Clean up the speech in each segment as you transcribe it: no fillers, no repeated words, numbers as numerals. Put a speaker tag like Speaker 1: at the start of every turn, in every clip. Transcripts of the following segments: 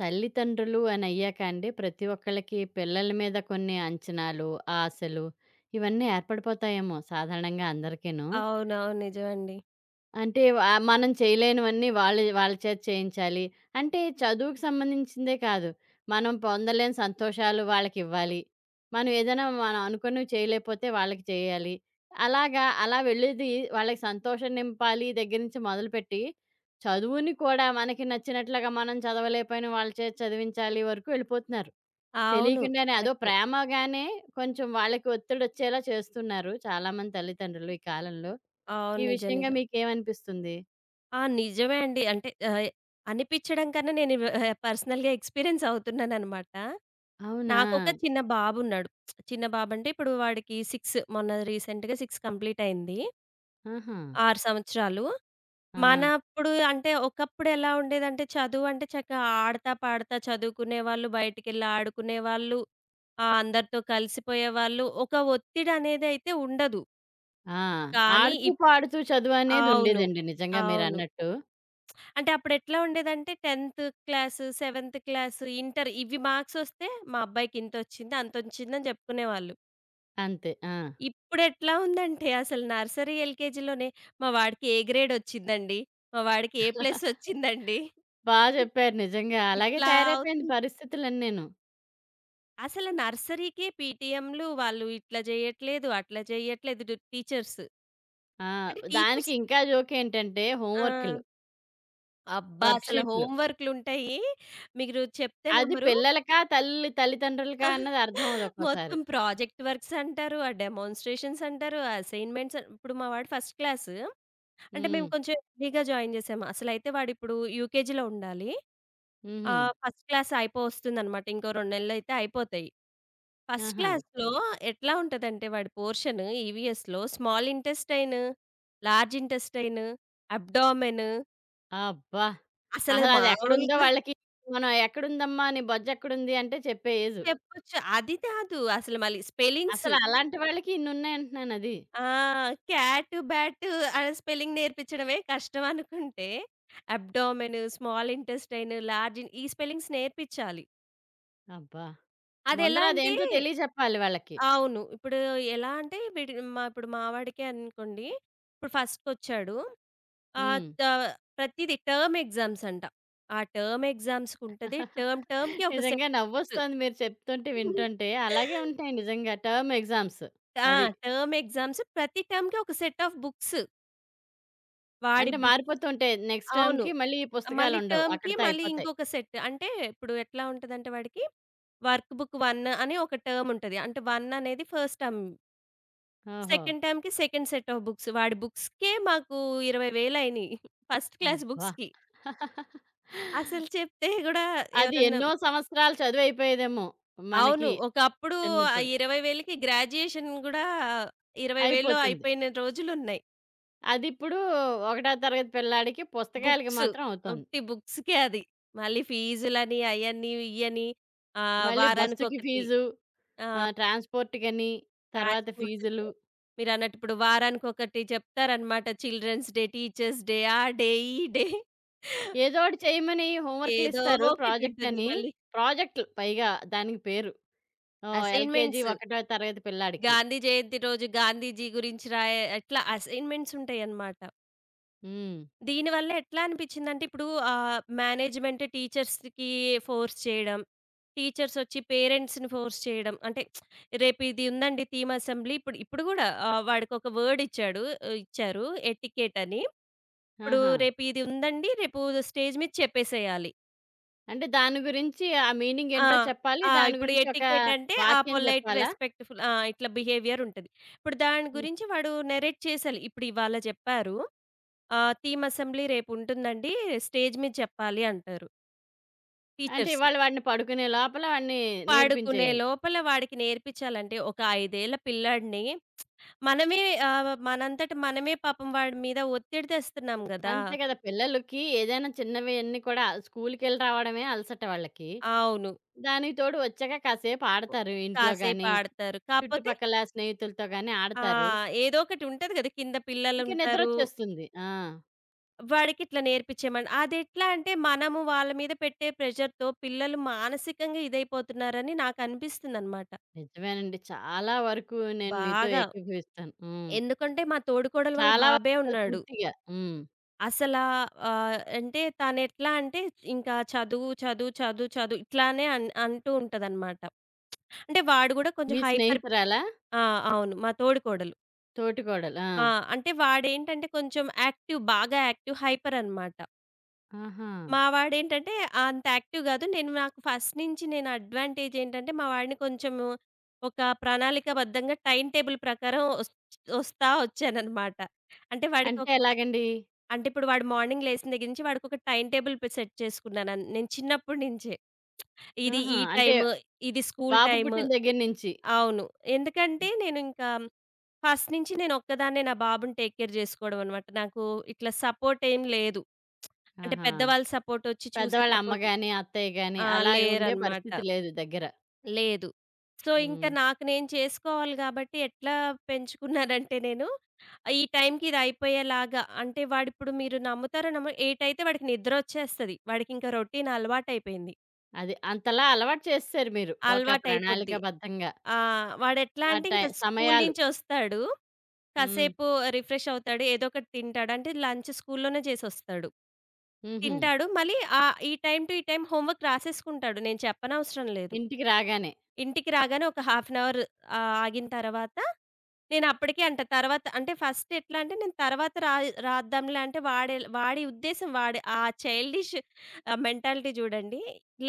Speaker 1: తల్లిదండ్రులు అని అయ్యాక అండి ప్రతి ఒక్కళ్ళకి పిల్లల మీద కొన్ని అంచనాలు, ఆశలు ఇవన్నీ ఏర్పడిపోతాయేమో సాధారణంగా అందరికీను.
Speaker 2: అవునవును. నిజమండి.
Speaker 1: అంటే వ మనం చేయలేనివన్నీ వాళ్ళ చేత చేయించాలి. అంటే చదువుకి సంబంధించిందే కాదు. మనం పొందలేని సంతోషాలు వాళ్ళకివ్వాలి. మనం ఏదైనా అనుకున్నవి చేయలేకపోతే వాళ్ళకి చేయాలి. అలాగా అలా వెళ్ళేది వాళ్ళకి సంతోషం నింపాలి దగ్గర నుంచి మొదలుపెట్టి, చదువుని కూడా మనకి నచ్చినట్లుగా మనం చదవలేకపోయినా వాళ్ళ చేత చదివించాలి వరకు వెళ్ళిపోతున్నారు.
Speaker 2: అవును.
Speaker 1: తెలియకుండానే అదో
Speaker 2: కరెక్టే.
Speaker 1: ప్రేమగానే కొంచెం వాళ్ళకి ఒత్తిడొచ్చేలా చేస్తున్నారు చాలామంది తల్లిదండ్రులు ఈ కాలంలో.
Speaker 2: అవును.
Speaker 1: ఈ
Speaker 2: నిజం.
Speaker 1: విషయంగా
Speaker 2: నిజం.
Speaker 1: మీకేమనిపిస్తుంది?
Speaker 2: ఆ! నిజమే అండి. అంటే అనిపిచ్చడం కన్నా నేను ఇవ పర్సనల్‌గా ఎక్స్‌పీరియన్స్ అవుతున్నాననమాట.
Speaker 1: అవునా?
Speaker 2: నాకొక చిన్న బాబున్నాడు. చిన్న బాబంటే ఇప్పుడు వాడికి 6, మొన్న రీసెంట్‌గా 6 కంప్లీట్ అయింది.
Speaker 1: ఆహా!
Speaker 2: 6 సంవత్సరాలు.
Speaker 1: ఆ!
Speaker 2: మనప్పుడు అంటే ఒకప్పుడు ఎలా ఉండేదంటే చదువంటే చక్కగా ఆడతా, పాడతా చదువుకునేవాళ్ళు, బయటికెళ్ళి ఆడుకునేవాళ్ళు, అందరితో కలిసిపోయేవాళ్ళు. ఒక ఒత్తిడనేదైతే ఉండదు.
Speaker 1: ఆ!
Speaker 2: కానీ
Speaker 1: ఆడుతూ, పాడుతూ చదువనేది
Speaker 2: అవును.
Speaker 1: ఉండేదండి నిజంగా
Speaker 2: అవును.
Speaker 1: మీరన్నట్టు.
Speaker 2: అంటే అప్పుడెట్లా ఉండేదంటే 10థ్ క్లాసు, 7థ్ క్లాసు, ఇంటర్ ఇవి మార్క్సొస్తే మా అబ్బాయికి ఇంతొచ్చింది, అంతొచ్చిందని జెప్పుకునేవాళ్ళు.
Speaker 1: అంతే. ఆ!
Speaker 2: ఇప్పుడెట్లా ఉందంటే అసలు నర్సరీ, ఎల్‌కేజీలోనే మా వాడికి ఏ గ్రేడొచ్చిందండి, మా వాడికి ఏ ప్లసొచ్చిందండి.
Speaker 1: బా
Speaker 2: ఇట్
Speaker 1: చెప్పారు నిజంగా. అలాగే
Speaker 2: ఇట్లా
Speaker 1: తయారైపోయింది
Speaker 2: అవుతుంది.
Speaker 1: పరిస్థితులన్నీను.
Speaker 2: అసలు నర్సరీకే పీటీఎంలు వాళ్ళు ఇట్లా జెయ్యట్లేదు, అట్లా జెయ్యట్లేదు డు టీచర్స్.
Speaker 1: ఆ!
Speaker 2: అంటే
Speaker 1: దానికి
Speaker 2: టీచర్స్.
Speaker 1: ఇంకా జోకేంటంటే
Speaker 2: ఆ!
Speaker 1: హోంవర్క్‌లు,
Speaker 2: అబ్బా! అసలు
Speaker 1: వర్క్‌షీట్‌లు.
Speaker 2: హోమ్ వర్క్‌లుంటాయి. మీరు చెప్తే
Speaker 1: అది
Speaker 2: నమ్మరు.
Speaker 1: పిల్లలకా, తల్లిదండ్రులకా అన్నది అర్థం అవ్వదు ఒక్కోసారి.
Speaker 2: మొత్తం ప్రాజెక్ట్ వర్క్స్ అంటారు. ఆ డెమాన్‌స్ట్రేషన్స్ అంటారు. అసైన్‌మెంట్స్ అన్ ఇప్పుడు మా వాడు ఫస్ట్ క్లాసు. అంటే
Speaker 1: హ్మ్.
Speaker 2: మేము కొంచెం ఎర్లీగా జాయిన్ చేసాము. అసలైతే వాడిప్పుడు యూకేజీలో ఉండాలి.
Speaker 1: హుహు.
Speaker 2: ఫస్ట్ క్లాస్ అయిపోవస్తుందనమాట. ఇంకో 2 నెలలైతే అయిపోతాయి. ఫస్ట్
Speaker 1: ఆహా!
Speaker 2: క్లాస్‌లో ఎట్లా ఉంటదంటే వాడి పోర్షన్ ఈవీఎస్‌లో small intestine, large intestine, abdomen.
Speaker 1: అబ్బా!
Speaker 2: అసలు
Speaker 1: అసలది ఎక్కడుందో
Speaker 2: మామూలుగా
Speaker 1: వాళ్ళకి మనం ఎక్కడుందమ్మా నీ బొజ్జెక్కడుంది అంటే చెప్పే ఏజు.
Speaker 2: చెప్పొచ్చు. అది కాదు. అసలు మళ్ళీ స్పెల్లింగ్స్.
Speaker 1: అసలలాంటి వాళ్ళకి ఇన్నున్నాయంటున్నానది.
Speaker 2: ఆ! క్యాటు, బ్యాటు ఆ స్పెల్లింగ్ నేర్పించడమే కష్టం అనుకుంటే, abdomen, small intestine, large in ఈ స్పెల్లింగ్స్ నేర్పించాలి.
Speaker 1: అబ్బా! ముందర
Speaker 2: అదెలా అంటే
Speaker 1: అదేంటో తెలియజెప్పాలి వాళ్ళకి.
Speaker 2: అవును. ఇప్పుడు ఎలా అంటే వీడి మా ఇప్పుడు మా వాడికే అనుకోండి, ఇప్పుడు ఫస్ట్‌కొచ్చాడు. ఆహ్,
Speaker 1: హ్మ్.
Speaker 2: త ప్రతీది టర్మ్ ఎగ్జామ్స్ అంట. ఆ టర్మ్ ఎగ్జామ్స్‌కుంటది. టర్మ్ టర్మ్‌కి ఒక సెట్
Speaker 1: నిజంగా
Speaker 2: బుక్స్.
Speaker 1: నవ్వొస్తోంది మీరు చెప్తుంటే, వింటుంటే. అలాగే ఉంటాయి నిజంగా టర్మ్ ఎగ్జామ్స్.
Speaker 2: ఆ!
Speaker 1: అది.
Speaker 2: టర్మ్ ఎగ్జామ్స్ ప్రతి టర్మ్‌కి ఒక సెట్ ఆఫ్ బుక్స్. వాడి
Speaker 1: అంటే
Speaker 2: బుక్.
Speaker 1: మారిపోతూ ఉంటాయి. నెక్స్ట్
Speaker 2: అవును.
Speaker 1: టర్మ్‌కి మళ్ళీ ఈ
Speaker 2: మళ్ళీ
Speaker 1: పుస్తకాలుండవు.
Speaker 2: టర్మ్‌కి
Speaker 1: అక్కడితో
Speaker 2: మళ్ళీ
Speaker 1: అయిపోతాయి.
Speaker 2: ఇంకొక సెట్. అంటే ఇప్పుడు ఎట్లా ఉంటదంటే వాడికి వర్క్ బుక్ 1 అని ఒక టర్మ్ ఉంటది. అంటే 1 అనేది ఫస్ట్ టర్మ్.
Speaker 1: ఓహో!
Speaker 2: సెకండ్ టర్మ్‌కి సెకండ్ సెట్ ఆఫ్ బుక్స్. వాడి బుక్స్‌కే మాకు 20,000 అయినాయి. ఫస్ట్ క్లాస్
Speaker 1: అబ్బా!
Speaker 2: బుక్స్‌కి. అసలు చెప్తే గూడా
Speaker 1: అది
Speaker 2: ఎవరన్నా
Speaker 1: ఎన్నో సంవత్సరాలు చదువయిపోయేదేమో
Speaker 2: అవును.
Speaker 1: మనకి
Speaker 2: ఒకప్పుడు ఆ
Speaker 1: చిన్నప్పుడు.
Speaker 2: 20,000కి గ్రాడ్యుయేషన్ గూడా 20,000లో
Speaker 1: అయిపోతుంది.
Speaker 2: అయిపోయిన రోజులున్నాయి.
Speaker 1: అదిప్పుడు ఒకటో తరగతి పిల్లాడికి పుస్తకాలకి
Speaker 2: బుక్స్.
Speaker 1: మాత్రం అవుతోంది.
Speaker 2: ఉట్టి బుక్స్‌కే అది. మళ్ళీ ఫీజులని అయ్యని ఇయ్యని
Speaker 1: మళ్ళీ బస్సుకి
Speaker 2: వారానికొకటి.
Speaker 1: ఫీజు
Speaker 2: ఆ!
Speaker 1: ఆ! ట్రాన్స్‌పోర్ట్‌కని, తర్వాత
Speaker 2: ట్రాన్స్‌పోర్ట్.
Speaker 1: ఫీజులు,
Speaker 2: మీరన్నట్టు ఇప్పుడు వారానికొకటి చెప్తారనమాట. చిల్డ్రన్స్ డే, టీచర్స్ డే, ఆ డే, ఈ డే,
Speaker 1: ఏదో ఒకటి చేయమని
Speaker 2: ఏదో
Speaker 1: హోంవర్కులిస్తారు ప్రాజెక్ట్
Speaker 2: ఒకటుంటుంది
Speaker 1: అని.
Speaker 2: మళ్ళీ.
Speaker 1: ప్రాజెక్టులు పైగా దానికి పేరు. ఓహ్! LKG
Speaker 2: assignments.
Speaker 1: ఒకటో తరగతి పిల్లాడికి.
Speaker 2: గాంధీ జయంతి రోజు గాంధీజీ గురించి రాయే అట్లా అసైన్‌మెంట్స్ ఉంటాయనమాట.
Speaker 1: హ్మ్.
Speaker 2: దీనివల్ల ఎట్లా అనిపిచ్చిందంటే ఇప్పుడు మేనేజ్‌మెంట్ టీచర్స్‌కి ఫోర్స్ చేయడం. టీచర్స్ ఒచ్చి పేరెంట్స్‌ని ఫోర్స్ చేయడం. అంటే రేపు ఇది ఉందండి థీమ్ అసెంబ్లీ. ఇప్పుడు ఇప్పుడు గూడా వాడికొక వర్డ్ ఇచ్చారు ఎటికెట్ అని. ఇప్పుడు
Speaker 1: ఆహా!
Speaker 2: రేపు ఇది ఉందండి. రేపు స్టేజ్ మీద చెప్పేసేయాలి.
Speaker 1: అంటే దాని గురించి ఆ మీనింగ్
Speaker 2: ఆ!
Speaker 1: ఏంటో చెప్పాలి.
Speaker 2: ఆ!
Speaker 1: దాని
Speaker 2: ఇప్పుడు
Speaker 1: గురించి ఒక
Speaker 2: ఎటికెట్ అంటే ఆ!
Speaker 1: వాక్యం
Speaker 2: పొలైట్,
Speaker 1: చెప్పాలా?
Speaker 2: రెస్పెక్ట్‌ఫుల్ ఆ! ఇట్లా బిహేవియర్ ఉంటది. ఇప్పుడు దాని
Speaker 1: హ్మ్.
Speaker 2: గురించి వాడు నరేట్ చేసేయాలి. ఇప్పుడు ఇవాళ చెప్పారు. థీమ్ అసెంబ్లీ రేపు ఉంటుందండి. స్టేజ్ మీద చెప్పాలి అంటారు
Speaker 1: అంటే
Speaker 2: టీచర్స్.
Speaker 1: ఇవాళ వాడిని పడుకునే లోపల
Speaker 2: పడుకునే
Speaker 1: నేర్పించేయాలి.
Speaker 2: లోపల వాడికి నేర్పించాలంటే ఒక 5 ఏళ్ల పిల్లాడిని మనమే మనంతట మనమే పాపం వాడి మీద ఒత్తిడి తెస్తున్నాం గదా!
Speaker 1: అంతే కదా! పిల్లలకి ఏదైనా చిన్నవి అన్నీ కూడా స్కూలుకెళ్ళి రావడమే అలసట వాళ్ళకి.
Speaker 2: అవును.
Speaker 1: దానికి తోడు వచ్చాక కాసేపు ఆడతారు ఇంట్లో
Speaker 2: కాసేపు
Speaker 1: గాని,
Speaker 2: ఆడతారు. కాపోతే
Speaker 1: చుట్టుపక్కల స్నేహితులతో గాని
Speaker 2: ఆ!
Speaker 1: ఆడతారు.
Speaker 2: ఏదో ఒకటి ఉంటది గదా! కింద
Speaker 1: ఇంక
Speaker 2: పిల్లలుంటారు.
Speaker 1: నిద్రొచ్చేస్తుంది. ఆ!
Speaker 2: వాడికి ఇట్లా నేర్పించేమని. అదెట్లా అంటే మనము వాళ్ళ మీద పెట్టే ప్రెషర్‌తో పిల్లలు మానసికంగా ఇదైపోతున్నారని నాకనిపిస్తుందనమాట.
Speaker 1: నిజమేనండి. చాలా వరకు నేను మీతో
Speaker 2: బాగా.
Speaker 1: ఏకీభవిస్తాను. హ్మ్.
Speaker 2: ఎందుకంటే మా తోడికోడలు వాళ్ళ
Speaker 1: చాలా
Speaker 2: బాబే
Speaker 1: వరకు కాదు
Speaker 2: ఉన్నాడు.
Speaker 1: పూర్తిగా. హ్మ్.
Speaker 2: అసలా అంటే తనెట్లా అంటే ఇంకా చదువు, చదువు, చదువు, చదువు ఇట్లానే అన్ అంటూ ఉంటదనమాట. అంటే వాడు గూడా కొంచెం
Speaker 1: మీ
Speaker 2: హైపర్.
Speaker 1: స్నేహితురాలా?
Speaker 2: ఆ! అవును. మా తోడికోడలు.
Speaker 1: తోటి కోడలు. ఆ!
Speaker 2: ఆ! అంటే వాడేంటంటే కొంచెం యాక్టివ్, బాగా యాక్టివ్ హైపర్ అనమాట.
Speaker 1: ఆహా!
Speaker 2: మా వాడేంటంటే అంత యాక్టివ్ గాదు. నేను నాకు ఫస్ట్ నుంచి నేను అడ్వాంటేజ్ ఏంటంటే, మా వాడిని కొంచెము ఒక ప్రణాళికాబద్ధంగా టైమ్ టేబుల్ ప్రకారం ఒస్ ఒస్తా ఒచ్చాననమాట. అంటే వాడికి
Speaker 1: అంటే
Speaker 2: ఒక ట.
Speaker 1: ఎలాగండి?
Speaker 2: అంటే ఇప్పుడు వాడు మార్నింగ్ లేసిన దగ్గర నుంచి వాడికొక టైమ్ టేబుల్ సెట్ చేసుకున్నానన్ నేను చిన్నప్పటి నించే. ఇది
Speaker 1: ఆహా!
Speaker 2: ఈ
Speaker 1: అంటే
Speaker 2: టైము, ఇది స్కూల్
Speaker 1: బాబు
Speaker 2: టైము.
Speaker 1: పుట్టిన దగ్గర నుంచి.
Speaker 2: అవును. ఎందుకంటే నేనింకా ఫస్ట్ నుంచి నేను ఒక్కదాన్నే నా బాబుని టేక్ కేర్ జేసుకోవడమనమాట. నాకు ఇట్లా సపోర్ట్ ఏం లేదు. అంటే
Speaker 1: ఆహా!
Speaker 2: పెద్దవాళ్ళ సపోర్టొచ్చి చూసే
Speaker 1: పెద్దవాళ్ళ అమ్మ
Speaker 2: సపోర్ట్.
Speaker 1: గాని, అత్తయ్య గాని
Speaker 2: ఆ!
Speaker 1: అలాగ ఉండే
Speaker 2: లేరనమాట.
Speaker 1: పరిస్థితి లేదు దగ్గర.
Speaker 2: లేదు. సో, ఇంకా
Speaker 1: హ్మ్.
Speaker 2: నాకు నేను చేసుకోవాలి గాబట్టి ఎట్లా పెంచుకున్నానంటే నేను, ఈ టైంకి ఇది అయిపోయేలాగా అంటే వాడిప్పుడు మీరు నమ్ముతారో నమ్మరో 8 అయితే వాడికి నిద్రొచ్చేస్తది. వాడికింక రొటీన్ అలవాటయిపోయింది.
Speaker 1: అది. అంతలా అలవాటు చేసేసారు మీరు. ఒక
Speaker 2: అలవాటయిపోద్ది.
Speaker 1: ప్రణాళికాబద్ధంగా.
Speaker 2: ఆ! వాడెట్లా
Speaker 1: ఆ
Speaker 2: అంటే
Speaker 1: టై
Speaker 2: ఇంక స్కూలు
Speaker 1: సమయాలు.
Speaker 2: నుంచొస్తాడు.
Speaker 1: హ్మ్.
Speaker 2: కాసేపు రిఫ్రెష్ అవుతాడు. ఏదో ఒకటి తింటాడు. అంటే లంచ్ స్కూల్లోనే చేసొస్తాడు.
Speaker 1: హుహు.
Speaker 2: తింటాడు. మళ్ళీ ఈ టైం టు ఈ టైం హోంవర్క్ రాసేసుకుంటాడు. నేను చెప్పనవసరం లేదు.
Speaker 1: ఇంటికి రాగానే.
Speaker 2: ఇంటికి రాగానే ఒక హాఫ్ అన్ అవర్ ఆగిన తర్వాత నేనప్పటికే అంట తర్వాత అంటే ఫస్ట్ ఎట్లా అంటే నేను తర్వాత రాద్దాంలే అంటే వాడే వాడి ఉద్దేశం వాడి ఆ చైల్డిష్ మెంటాలిటీ చూడండి.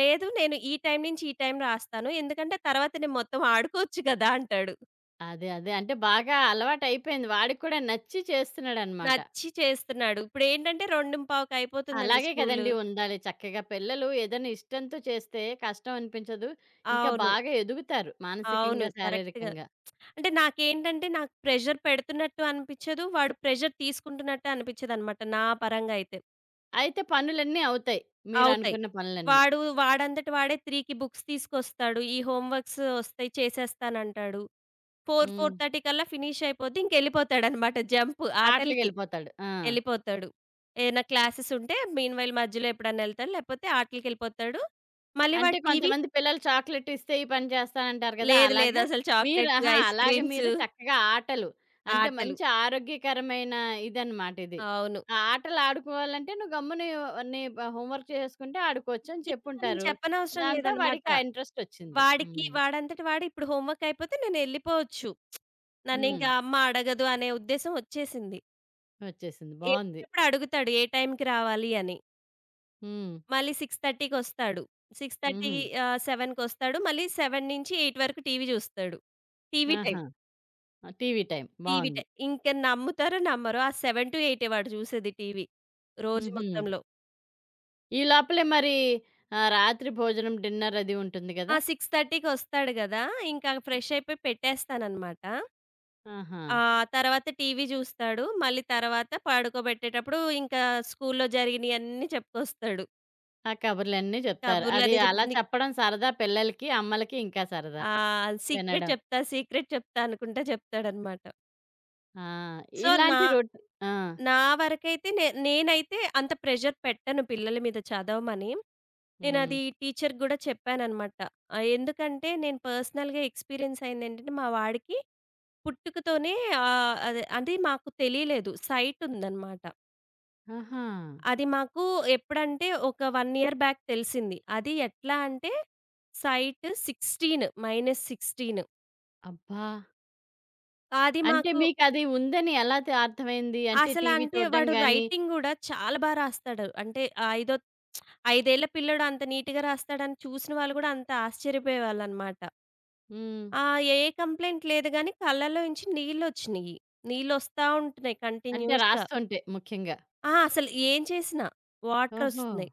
Speaker 2: లేదు, నేను ఈ టైం నుంచి ఈ టైం రాస్తాను. ఎందుకంటే తర్వాత నేను మొత్తం ఆడుకోవచ్చు కదా! అంటాడు.
Speaker 1: అదే. అదే. అంటే బాగా అలవాటయిపోయింది. వాడికి కూడా నచ్చి చేస్తున్నాడనమాట.
Speaker 2: నచ్చి చేస్తున్నాడు. ఇప్పుడేంటంటే 2:15కి అయిపోతుందండి
Speaker 1: అలాగే
Speaker 2: స్కూలు.
Speaker 1: కదండీ ఉండాలి. చక్కగా పిల్లలు ఏదైనా ఇష్టంతో చేస్తే కష్టం అనిపించదు. ఇంకా
Speaker 2: అవును.
Speaker 1: బాగా ఎదుగుతారు.
Speaker 2: అవును.
Speaker 1: మానసికంగా,
Speaker 2: కరెక్ట్‌గా.
Speaker 1: శారీరకంగా.
Speaker 2: అంటే నాకేంటంటే నాకు ప్రెషర్ పెడుతున్నట్టు అనిపిచ్చదు. వాడు ప్రెషర్ తీసుకుంటున్నట్టు అనిపిచ్చదనమాట నా పరంగా అయితే.
Speaker 1: అయితే పనులన్నీ అవుతాయి.
Speaker 2: అవుతాయి.
Speaker 1: మీరనుకున్న పనులన్నీ.
Speaker 2: వాడు వాడంతట వాడే 3కి బుక్స్ తీసుకొస్తాడు. ఈ హోమ్ వర్క్స్ వస్తాయి చేసేస్తానంటాడు. 4,
Speaker 1: హ్మ్.
Speaker 2: 4:30 కల్లా ఫినిష్ అయిపోద్ది. ఇంకెళ్ళిపోతాడనమాట జంప్ ఆటలకి
Speaker 1: ఆటలకెళ్ళిపోతాడు. ఆ!
Speaker 2: ఎళ్ళిపోతాడు. ఏదైనా క్లాసెస్ ఉంటే మీన్ వైల్ మధ్యలో ఎప్పుడన్నా ఎళ్తాడు. లేకపోతే ఆటలకెళ్ళిపోతాడు. మళ్ళీ
Speaker 1: అంటే
Speaker 2: వాడు టీవీ.
Speaker 1: కొంతమంది పిల్లలు చాక్లెట్ ఇస్తే ఈ పని చేస్తానంటారు కదా!
Speaker 2: లేదు లేదు.
Speaker 1: అలాగా
Speaker 2: అసలు
Speaker 1: మీరు
Speaker 2: చాక్లెట్స్,
Speaker 1: ఆహా!
Speaker 2: ఐస్
Speaker 1: అలాగే
Speaker 2: క్రీమ్స్,
Speaker 1: మీరు చక్కగా ఆటలు అంటే
Speaker 2: ఆటలు.
Speaker 1: మంచి ఆరోగ్యకరమైన ఇదనమాట ఇది.
Speaker 2: అవును.
Speaker 1: ఆ ఆటలు ఆడుకోవాలంటే నువ్వు గమ్ముని నీ బ హోంవర్క్ చేసుకుంటే ఆడుకోవచ్చని
Speaker 2: ఇంకా మనం
Speaker 1: చెప్పుంటారు.
Speaker 2: చెప్పనవసరం
Speaker 1: దాంతో
Speaker 2: లేదనమాట.
Speaker 1: వాడికి ఆ ఇంట్రెస్టొచ్చింది.
Speaker 2: వాడికి
Speaker 1: హ్మ్.
Speaker 2: వాడంతట వాడు ఇప్పుడు హోమ్ వర్క్ అయిపోతే నేనెళ్ళిపోవచ్చు.
Speaker 1: హ్మ్.
Speaker 2: నన్నింకా అమ్మ అడగదు అనే ఉద్దేశం ఒచ్చేసింది.
Speaker 1: వచ్చేసింది. బావుంది.
Speaker 2: ఎళ్ళేటప్పుడు అడుగుతాడు ఏ టైంకి రావాలి అని.
Speaker 1: హ్మ్.
Speaker 2: మళ్ళీ 6:30కొస్తాడు.
Speaker 1: హుహు.
Speaker 2: 6:30 7:00కొస్తాడు. మళ్ళీ 7 నుంచి 8 వరకు టీవీ జూస్తాడు. TV time.
Speaker 1: ఆహా! TV time.
Speaker 2: టీవీ
Speaker 1: బావుంది.
Speaker 2: టైం. ఇంక నమ్ముతారో నమ్మరో ఆ 7-8 వాడు జూసేది టీవీ రోజు
Speaker 1: హుహు.
Speaker 2: మొత్తంలో.
Speaker 1: ఈ లోపలే మరి రాత్రి భోజనం డిన్నర్ అది ఉంటుంది
Speaker 2: ఆ
Speaker 1: గదా!
Speaker 2: 6:30కొస్తాడు గదా! ఇంకా ఫ్రెష్ అయిపోయి పెట్టేస్తాననమాట.
Speaker 1: ఆహా!
Speaker 2: ఆ! తర్వాత టీవీ జూస్తాడు. మళ్ళీ తర్వాత పడుకోబెట్టేటప్పుడు ఇంకా స్కూల్‌లో జరిగినియన్నీ చెప్పుకొస్తాడు.
Speaker 1: ఆ! కబుర్లన్నీ జెప్తారు. అది
Speaker 2: కబుర్లన్నీ చెప్పి
Speaker 1: అలా
Speaker 2: నీకు
Speaker 1: చెప్పడం సరదా పిల్లలకి, అమ్మలకి ఇంకా సరదా
Speaker 2: ఆ! సీక్రెట్
Speaker 1: వినడం.
Speaker 2: చెప్తా, సీక్రెట్ చెప్తా అనుకుంటా చెప్తాడనమాట.
Speaker 1: ఆ!
Speaker 2: సో, నా
Speaker 1: ఇలాంటి రొట్ ఆ!
Speaker 2: నా వరకైతే నేనైతే అంత ప్రెషర్ పెట్టను పిల్లల మీద చదవమని.
Speaker 1: హ్మ్.
Speaker 2: నేనది టీచర్‌కి గూడా చెప్పాననమాట. ఎందుకంటే నేను పర్సనల్‌గా ఎక్స్‌పీరియన్స్ అయిందేంటంటే మా వాడికి పుట్టుకతోనే అదే అది మాకు తెలియలేదు. సైట్ ఉందనమాట.
Speaker 1: ఆహా!
Speaker 2: అది మాకు ఎప్పుడంటే ఒక 1 ఇయర్ బ్యాక్ తెలిసింది. అది ఎట్లా అంటే సైట్ 16 -16.
Speaker 1: అబ్బా!
Speaker 2: అది
Speaker 1: అంటే
Speaker 2: మాకు
Speaker 1: మీకది ఉందని ఎలా తె అర్థమైంది? అంటే టీవీ
Speaker 2: అసలంటే
Speaker 1: చూడడం
Speaker 2: వాడు
Speaker 1: గాని
Speaker 2: రైటింగ్ గూడా చాలా బా రాస్తాడు. అంటే ఆ ఐదో 5 ఏళ్ల పిల్లోడు అంత నీట్‌గా రాస్తాడని చూసిన వాళ్ళు గూడా అంత ఆశ్చర్యపోయేవాళ్ళనమాట.
Speaker 1: హ్మ్.
Speaker 2: ఆ! ఏ కంప్లెయింట్ లేదు గానీ కళ్ళలోంచి నీళ్లొచ్చినియి. నీళ్లొస్తా ఉంటున్నాయి
Speaker 1: అంటే
Speaker 2: కంటిన్యూస్‌గా.
Speaker 1: రాస్తుంటే ముఖ్యంగా.
Speaker 2: ఆ! అసలు ఏం చేసినా
Speaker 1: ఓహో!
Speaker 2: వాటరొస్తున్నాయి.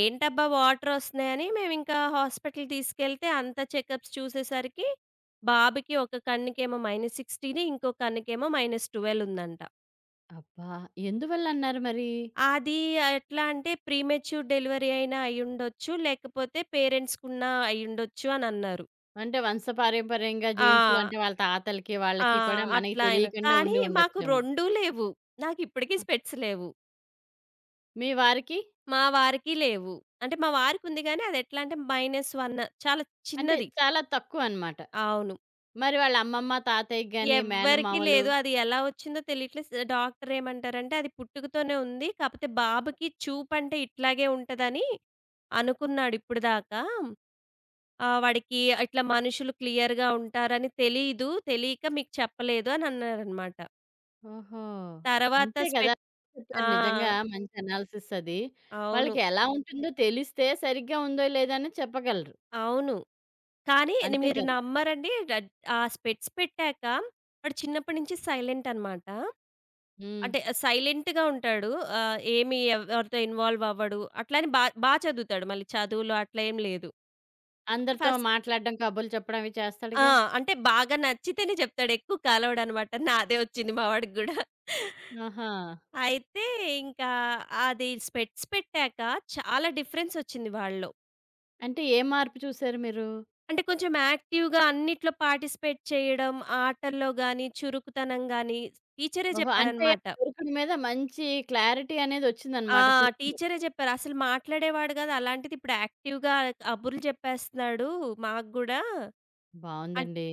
Speaker 2: ఏంటబ్బా! వాటరొస్తున్నాయని మేమింకా హాస్పిటల్ తీసుకెళ్తే అంతా చెకప్స్ చూసేసరికి బాబుకి ఒక కన్నుకేమో -16, ఇంకో కన్నుకేమో -12 ఉందంట.
Speaker 1: అబ్బా! ఎందువల్లన్నారు మరి?
Speaker 2: అది ఎట్లా అంటే ప్రీమెచ్యూర్ డెలివరీ అయినా అయ్యుండొచ్చు. లేకపోతే పేరెంట్స్‌కున్నా అయ్యుండొచ్చు అనన్నారు.
Speaker 1: అంటే వంశపారంపర్యంగా జీన్స్‌లో
Speaker 2: ఆ!
Speaker 1: అంటే వాళ్ళ తాతలకి,
Speaker 2: ఆ!
Speaker 1: వాళ్ళకి కూడా మనకి
Speaker 2: అట్లా అయిన
Speaker 1: తెలియకుండా
Speaker 2: కానీ
Speaker 1: ఉండి
Speaker 2: మాకు
Speaker 1: ఉండొచ్చేమో.
Speaker 2: 2 లేవు. నాకిప్పటికి స్పెట్స్ లేవు.
Speaker 1: మీ వారికి?
Speaker 2: మా వారికి లేవు. అంటే మా వారికుంది గానీ అదెట్లా అంటే -1, చాలా
Speaker 1: అంటే
Speaker 2: చిన్నది.
Speaker 1: చాలా తక్కువనమాట.
Speaker 2: అవును.
Speaker 1: మరి వాళ్ళ అమ్మమ్మ, తాతయ్యకి గాని,
Speaker 2: ఎవ్వరికీ
Speaker 1: మేనమామలు
Speaker 2: లేదు. అది ఎలా వచ్చిందో తెలియట్లే. స్ డాక్టరేమంటారంటే, "అది పుట్టుకతోనే ఉంది. కాపోతే బాబుకి చూపంటే ఇట్లాగే ఉంటదని అనుకున్నాడు ఇప్పుడు దాకా. వాడికి ఇట్లా మనుషులు క్లియర్‌గా ఉంటారని తెలీదు. తెలియక మీకు చెప్పలేదు" అని అన్నారనమాట.
Speaker 1: ఓహో!
Speaker 2: తర్వాత
Speaker 1: అంతే కదా!
Speaker 2: స్పెట్. ఆ!
Speaker 1: చెప్పారు నిజంగా మంచి అనాలిసిస్ అది.
Speaker 2: అవును.
Speaker 1: వాళ్ళకి ఎలా ఉంటుందో తెలిస్తే సరిగ్గా ఉందో లేదో అని చెప్పగలరు.
Speaker 2: అవును. కానీ ని
Speaker 1: అంతే
Speaker 2: మీరు
Speaker 1: కదా!
Speaker 2: నమ్మరండి. రడ్ ఆ స్పెట్స్ పెట్టాక వాడు చిన్నప్పటి నుంచి సైలెంట్ అనమాట.
Speaker 1: హ్మ్.
Speaker 2: అంటే సైలెంట్‌గా ఉంటాడు. ఏమి ఎవరితో ఇన్వాల్వ్ అవ్వడు. అట్లని బా బా బాగా చదువుతాడు. మళ్ళీ చదువులో అట్లా ఏం లేదు. ఓకే.
Speaker 1: అందరితో
Speaker 2: ఫస్ట్.
Speaker 1: మాట్లాడడం, కబుర్లు చెప్పడం అవి
Speaker 2: ఆ!
Speaker 1: చేస్తాడుగా.
Speaker 2: అంటే బాగా నచ్చితేనే చెప్తాడు. ఎక్కువ కలవడనమాట. నాదే వచ్చింది మా వాడికి గూడా.
Speaker 1: ఆహా!
Speaker 2: అయితే ఇంకా అది స్పెట్స్ పెట్టాక చాలా డిఫరెన్స్ వచ్చింది వాళ్ళలో.
Speaker 1: అంటే ఏ మార్పు చూసారు మీరు?
Speaker 2: అంటే కొంచెం యాక్టివ్‌గా అన్నిట్లో పార్టిసిపేట్ చేయడం, ఆటల్లో గాని, చురుకుతనం గాని టీచరే
Speaker 1: ఓహో! అంటే
Speaker 2: చెప్పారనమాట.
Speaker 1: కొడుకుని మీద మంచి క్లారిటీ
Speaker 2: ఆ!
Speaker 1: అనేదొచ్చిందనమాట చూపులో.
Speaker 2: టీచరే చెప్పారు. అసలు మాట్లాడేవాడు కాదు. అలాంటిది ఇప్పుడు యాక్టివ్‌గా కబుర్లు చెప్పేస్తున్నాడు మాకు గూడా. అన్
Speaker 1: బావుందండి.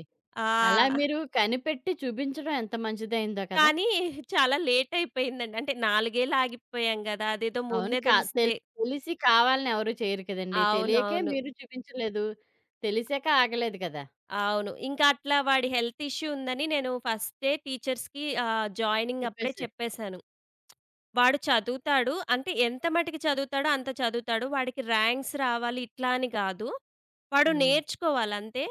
Speaker 2: ఆ!
Speaker 1: అలా మీరు కనిపెట్టి చూపించడం ఎంత మంచిదయిందో కదా!
Speaker 2: కానీ చాలా లేట్ అయిపోయిందండి. అంటే 4 ఏళ్ళు ఆగిపోయాం గదా! అదేదో
Speaker 1: అవును.
Speaker 2: ముందే
Speaker 1: కా తెల్
Speaker 2: తెలిస్తే.
Speaker 1: తెలిసి కావాలని ఎవరు చేయరు కదండీ. తెలియకే
Speaker 2: అవునవును.
Speaker 1: మీరు చూపించలేదు. తెలిసాక ఆగలేదు కదా!
Speaker 2: అవును. ఇంకా అట్లా వాడి హెల్త్ ఇష్యూ ఉందని నేను ఫస్టే టీచర్స్‌కి జాయినింగ్ అప్పుడే
Speaker 1: చెప్పేసారు.
Speaker 2: చెప్పేసాను. వాడు చదువుతాడు. అంటే ఎంత మటికి చదువుతాడో అంత చదువుతాడు. వాడికి ర్యాంక్స్ రావాలి ఇట్లా అని గాదు. వాడు
Speaker 1: హ్మ్.
Speaker 2: నేర్చుకోవాలంతే.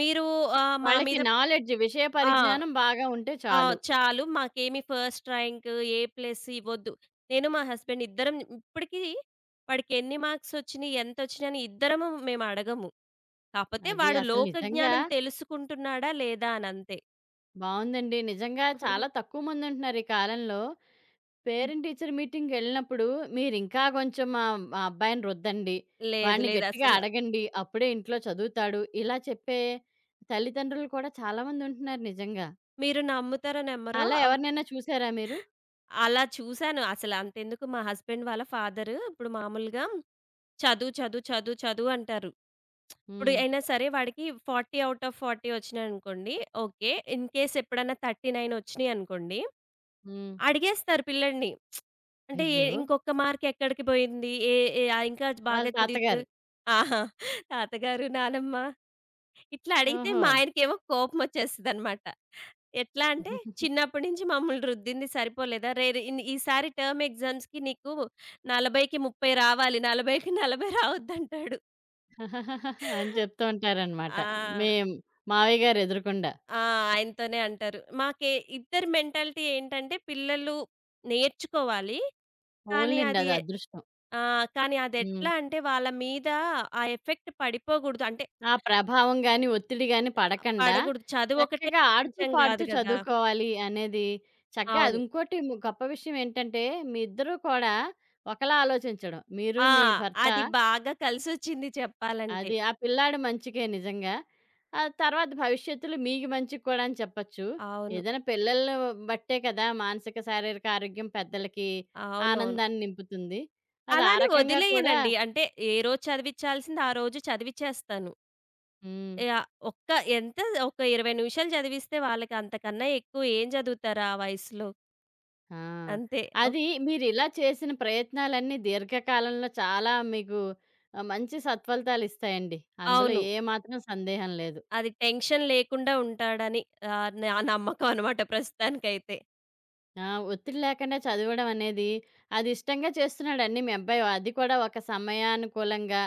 Speaker 2: మీరు మా
Speaker 1: వాళ్ళకి
Speaker 2: మీద
Speaker 1: నాలెడ్జ్ విషయ
Speaker 2: ఆ!
Speaker 1: పరిజ్ఞానం బాగా ఉంటే
Speaker 2: ఆ!
Speaker 1: చాలు.
Speaker 2: చాలు. మాకేమి ఫస్ట్ ర్యాంక్, ఏ ప్లస్ ఇవ్వొద్దు. నేను మా హస్బెండ్ ఇద్దరం ఇప్పటికి వాడికి ఎన్ని మార్క్స్ ఒచ్చినియి, ఎంతొచ్చినియని ఇద్దరము మేము అడగము. కాపోతే
Speaker 1: అది
Speaker 2: వాడు
Speaker 1: అసలు
Speaker 2: లోక
Speaker 1: నిజంగా
Speaker 2: జ్ఞానం తెలుసుకుంటున్నాడా లేదా అనంతే.
Speaker 1: బావుందండి. నిజంగా చాలా తక్కువ మందుంటున్నారు ఈ కాలంలో.
Speaker 2: ఇప్
Speaker 1: పేరెంట్ టీచర్ మీటింగ్‌కెళ్ళినప్పుడు మీరింకా కొంచెం మా మా అబ్బాయిని రుద్దండి.
Speaker 2: లేదు.
Speaker 1: వాడిని
Speaker 2: లేదు.
Speaker 1: గట్టిగా
Speaker 2: అసల.
Speaker 1: అడగండి. అప్పుడే ఇంట్లో చదువుతాడు. ఇలా చెప్పే తల్లిదండ్రులు కూడా చాలా మందుంటున్నారు నిజంగా.
Speaker 2: మీరు నమ్ముతారో నమ్మరో
Speaker 1: అలా
Speaker 2: అవ.
Speaker 1: ఎవరినైనా చూసారా మీరు?
Speaker 2: అలా చూసాను. అసలు అంతెందుకు మా హస్బెండ్ వాళ్ళ ఫాదరు ఇప్పుడు మామూలుగా చదువు, చదువు, చదువు, చదువు అంటారు. ఇప్పుడు
Speaker 1: హ్మ్.
Speaker 2: అయినా సరే వాడికి 40 ఔట్ ఆఫ్ 40 వచ్చినాయనుకోండి ఓకే. ఇన్‌కేస్ ఎప్పుడన్నా 39 వచ్చినాయనుకోండి,
Speaker 1: హ్మ్.
Speaker 2: అడిగేస్తారు పిల్లోడిని. అంటే ఏ
Speaker 1: అయ్యో!
Speaker 2: ఇంకొక మార్క్ ఎక్కడికి పోయింది? ఏ ఏ ఇంకా
Speaker 1: వాళ్ళ
Speaker 2: బాగా చదివితే
Speaker 1: తాతగారు.
Speaker 2: ఆహా! తాతగారు, నానమ్మ ఇట్లా అడిగితే
Speaker 1: ఓహో!
Speaker 2: మా ఆయనకేమో కోపమొచ్చేస్తదనమాట. ఎట్లా అంటే, "చిన్నప్పటి నుంచి మమ్మల్ని రుద్దింది సరిపోలేదా? రేరే ఇన్ ఈసారి టర్మ్ ఎగ్జామ్స్‌కి నీకు 40కి 30 రావాలి. 40కి 40 రావద్దంటాడు."
Speaker 1: అని చెప్తూ ఉంటారనమాట.
Speaker 2: ఆ!
Speaker 1: మేం మావయ్య గారు ఎదురుగుండా.
Speaker 2: ఆ! ఆయనతోనే అంటారు. మాకే ఇద్దరి మెంటాలిటీ ఏంటంటే, పిల్లలు నేర్చుకోవాలి. కానీ
Speaker 1: పోన్లెండి
Speaker 2: అది
Speaker 1: అది అదృష్టం.
Speaker 2: ఆ! కానీ
Speaker 1: హ్మ్.
Speaker 2: అదెట్లా అంటే, వాళ్ళ మీద ఆ ఎఫెక్ట్ పడిపోకూడదు. అంటే,
Speaker 1: ఆ ప్రభావం గాని, ఒత్తిడి గాని పడకండా
Speaker 2: పడకూడదు. చదువు ఒకటే
Speaker 1: చక్కగా ఆడుతూ,
Speaker 2: ప్రపంచం
Speaker 1: పాడుతూ
Speaker 2: గాదు గదా!
Speaker 1: చదువుకోవాలి అనేది చక్కగా అది
Speaker 2: అవును.
Speaker 1: ఇంకోటి గొప్ప విషయం ఏంటంటే, మీ ఇద్దరూ కూడా ఒకలా ఆలోచించడం. మీరు,
Speaker 2: ఆ!
Speaker 1: మీ భర్త
Speaker 2: అది బాగా కలిసొచ్చింది చెప్పాలంటే.
Speaker 1: అది. ఆ పిల్లాడు మంచికే నిజంగా. ఆ తర్వాత భవిష్యత్తులో మీకు మంచికి కూడా అని చెప్పొచ్చు.
Speaker 2: అవును.
Speaker 1: ఏదైనా పిల్లలు బట్టే కదా మానసిక, శారీరక ఆరోగ్యం పెద్దలకి
Speaker 2: అవునవును.
Speaker 1: ఆనందాన్ని నింపుతుంది. అది
Speaker 2: అలా
Speaker 1: ఆ
Speaker 2: అని
Speaker 1: రకంగా కూడా
Speaker 2: వదిలేయనండి. అంటే ఏ రోజు చదివిచ్చాల్సింది ఆ రోజు చదివిచ్చేస్తాను.
Speaker 1: హ్మ్.
Speaker 2: యాహ్! ఒక్క ఎంత ఒక 20 నిమిషాలు చదివిస్తే వాళ్ళకి అంతకన్నా ఎక్కువ ఏం చదువుతారు ఆ వయసులో.
Speaker 1: ఆ!
Speaker 2: అంతే. ఒక్
Speaker 1: అది మీరిలా చేసిన ప్రయత్నాలన్నీ దీర్ఘకాలంలో చాలా మీకు మంచి సత్ఫలితాలిస్తాయండి. అందులో
Speaker 2: అవును.
Speaker 1: ఏ మాత్రం సందేహం లేదు.
Speaker 2: అది టెన్షన్ లేకుండా ఉంటాడని నా నమ్మకం అనమాట ప్రస్తుతానికైతే.
Speaker 1: ఆ! ఒత్తిడి లేకుండా చదవడం అనేది అది ఇష్టంగా చేస్తున్నాడండి మీ అబ్బాయి. అది కూడా ఒక సమయానుకూలంగా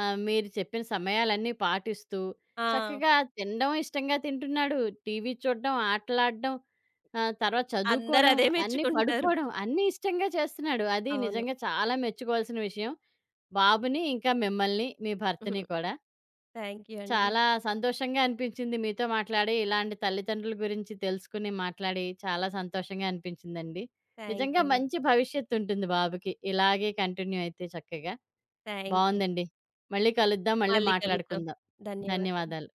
Speaker 1: మీరు చెప్పిన సమయాలన్నీ పాటిస్తూ
Speaker 2: ఆ!
Speaker 1: చక్కగా తినడం ఇష్టంగా తింటున్నాడు. టీవీ చూడడం, ఆటలాడడం తర్వాత
Speaker 2: అందరూ
Speaker 1: చదువుకోవడం,
Speaker 2: అదే
Speaker 1: అన్నీ
Speaker 2: మెచ్చుకుంటారు.
Speaker 1: పడుకోవడం అన్నీ ఇష్టంగా చేస్తున్నాడు. అది
Speaker 2: అవును.
Speaker 1: నిజంగా చాలా మెచ్చుకోవాల్సిన విషయం. బాబుని, ఇంకా మిమ్మల్ని, మీ భర్తని
Speaker 2: హ్మ్.
Speaker 1: కూడా.
Speaker 2: థాంక్ యూ అండి.
Speaker 1: చాలా సంతోషంగా అనిపించింది మీతో మాట్లాడి. ఇలాంటి తల్లిదండ్రుల గురించి తెలుసుకుని మాట్లాడి చాలా సంతోషంగా అనిపించిందండి.
Speaker 2: థాంక్
Speaker 1: నిజంగా
Speaker 2: యూ అండి.
Speaker 1: మంచి భవిష్యత్తుంటుంది బాబుకి. ఇలాగే కంటిన్యూ అయితే చక్కగా.
Speaker 2: Thank you.
Speaker 1: బావుందండి. మళ్ళీ కలుద్దాం. మళ్ళీ
Speaker 2: మళ్ళీ కలుద్దాం.
Speaker 1: మాట్లాడుకుందాం.
Speaker 2: ధన్యవాదాలు.
Speaker 1: ధన్యవాదాలు.